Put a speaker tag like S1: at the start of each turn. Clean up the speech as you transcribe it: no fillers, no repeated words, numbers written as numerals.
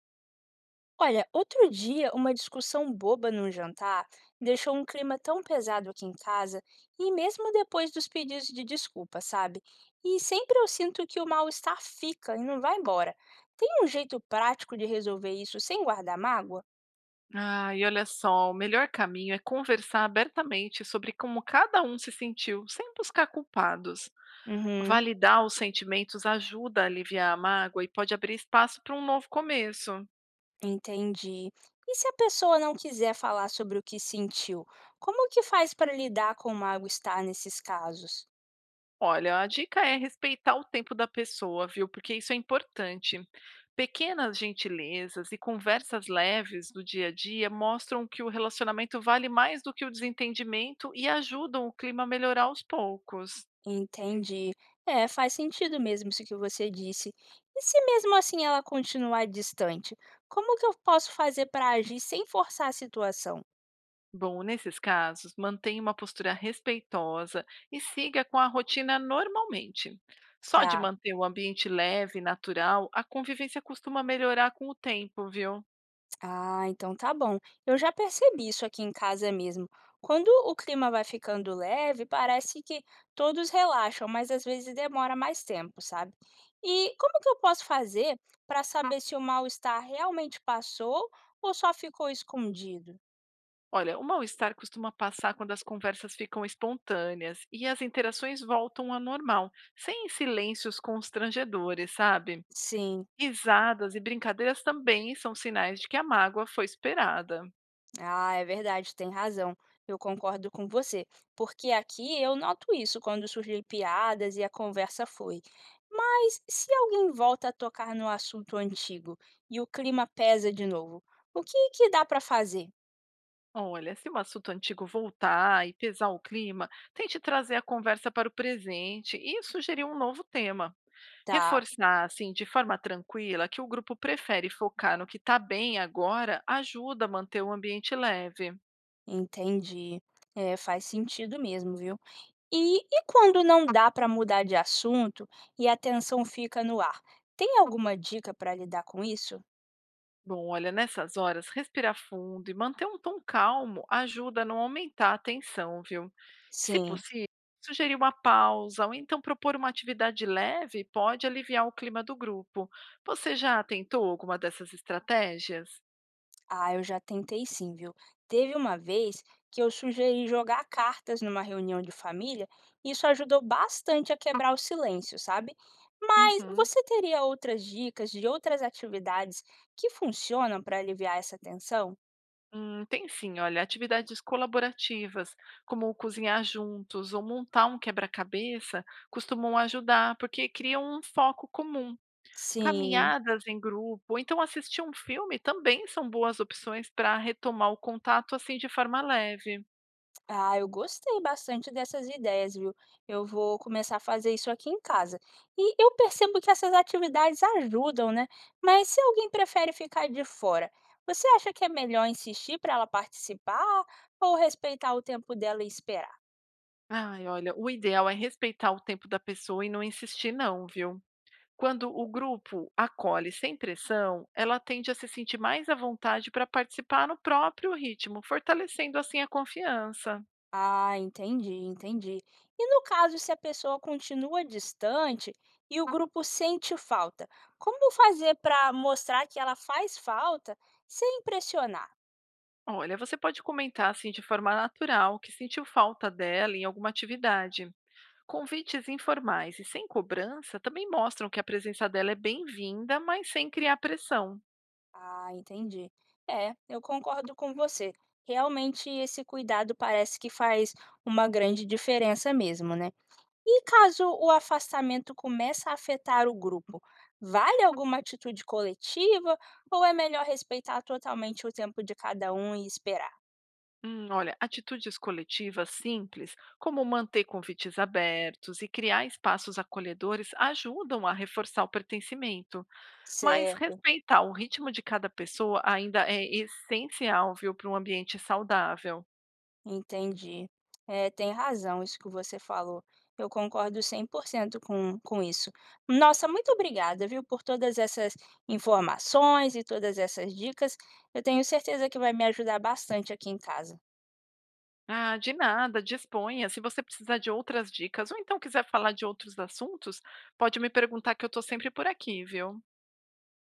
S1: Olha, outro dia, uma discussão boba num jantar deixou um clima tão pesado aqui em casa, e mesmo depois dos pedidos de desculpa, sabe? E sempre eu sinto que o mal-estar fica e não vai embora. Tem um jeito prático de resolver isso sem guardar mágoa?
S2: Ah, e olha só, o melhor caminho é conversar abertamente sobre como cada um se sentiu, sem buscar culpados.
S1: Uhum,
S2: Validar os sentimentos ajuda a aliviar a mágoa e pode abrir espaço para um novo começo.
S1: entendi. E se a pessoa não quiser falar sobre o que sentiu, como que faz para lidar com o mal-estar nesses casos?
S2: Olha, a dica é respeitar o tempo da pessoa, viu? Porque isso é importante. Pequenas gentilezas e conversas leves do dia a dia mostram que o relacionamento vale mais do que o desentendimento e ajudam o clima a melhorar aos poucos.
S1: Entendi. É, faz sentido mesmo isso que você disse. E se mesmo assim ela continuar distante, como que eu posso fazer para agir sem forçar a situação?
S2: Bom, nesses casos, mantenha uma postura respeitosa e siga com a rotina normalmente. Só de
S1: Tá.
S2: manter o ambiente leve e natural, a convivência costuma melhorar com o tempo, viu?
S1: Ah, então tá bom. Eu já percebi isso aqui em casa mesmo. Quando o clima vai ficando leve, parece que todos relaxam, mas às vezes demora mais tempo, sabe? E como que eu posso fazer para saber se o mal-estar realmente passou ou só ficou escondido?
S2: Olha, o mal-estar costuma passar quando as conversas ficam espontâneas e as interações voltam ao normal, sem silêncios constrangedores, sabe?
S1: Sim.
S2: Risadas e brincadeiras também são sinais de que a mágoa foi esperada.
S1: Ah, é verdade, tem razão. Eu concordo com você, porque aqui eu noto isso quando surgem piadas e a conversa foi. Mas se alguém volta a tocar no assunto antigo e o clima pesa de novo, o que que dá para fazer?
S2: Olha, se um assunto antigo voltar e pesar o clima, tente trazer a conversa para o presente e sugerir um novo tema.
S1: Tá,
S2: Reforçar, assim, de forma tranquila, que o grupo prefere focar no que está bem agora ajuda a manter o ambiente leve.
S1: entendi. É, faz sentido mesmo, viu? E quando não dá para mudar de assunto e a tensão fica no ar, tem alguma dica para lidar com isso?
S2: Bom, olha, nessas horas, respirar fundo e manter um tom calmo ajuda a não aumentar a tensão, viu? Se
S1: Sim.
S2: possível, sugerir uma pausa ou então propor uma atividade leve pode aliviar o clima do grupo. Você já tentou alguma dessas estratégias?
S1: Ah, eu já tentei sim, viu? Teve uma vez que eu sugeri jogar cartas numa reunião de família, e isso ajudou bastante a quebrar o silêncio, sabe? Mas
S2: Uhum.
S1: você teria outras dicas de outras atividades que funcionam para aliviar essa tensão?
S2: Tem sim, olha, atividades colaborativas, como cozinhar juntos ou montar um quebra-cabeça, costumam ajudar, porque criam um foco comum.
S1: Sim.
S2: Caminhadas em grupo, ou então assistir um filme também são boas opções para retomar o contato, assim, de forma leve.
S1: Ah, eu gostei bastante dessas ideias, viu? Eu vou começar a fazer isso aqui em casa. E eu percebo que essas atividades ajudam, né? Mas se alguém prefere ficar de fora, você acha que é melhor insistir para ela participar ou respeitar o tempo dela e esperar?
S2: Ai, olha, o ideal é respeitar o tempo da pessoa e não insistir não, viu? Quando o grupo acolhe sem pressão, ela tende a se sentir mais à vontade para participar no próprio ritmo, fortalecendo assim a confiança.
S1: Ah, entendi, entendi. E no caso, se a pessoa continua distante e o grupo sente falta, como fazer para mostrar que ela faz falta sem impressionar?
S2: Olha, você pode comentar assim de forma natural que sentiu falta dela em alguma atividade. Convites informais e sem cobrança também mostram que a presença dela é bem-vinda, mas sem criar pressão.
S1: Ah, entendi. É, eu concordo com você. Realmente, esse cuidado parece que faz uma grande diferença mesmo, né? E caso o afastamento começa a afetar o grupo, vale alguma atitude coletiva ou é melhor respeitar totalmente o tempo de cada um e esperar?
S2: Olha, atitudes coletivas simples, como manter convites abertos e criar espaços acolhedores, ajudam a reforçar o pertencimento. Mas
S1: Certo.
S2: respeitar o ritmo de cada pessoa ainda é essencial, viu, para um ambiente saudável.
S1: Entendi. É, tem razão isso que você falou. Eu concordo 100% com isso. Nossa, muito obrigada, viu, por todas essas informações e todas essas dicas. Eu tenho certeza que vai me ajudar bastante aqui em casa.
S2: Ah, de nada, disponha. Se você precisar de outras dicas ou então quiser falar de outros assuntos, pode me perguntar que eu estou sempre por aqui, viu?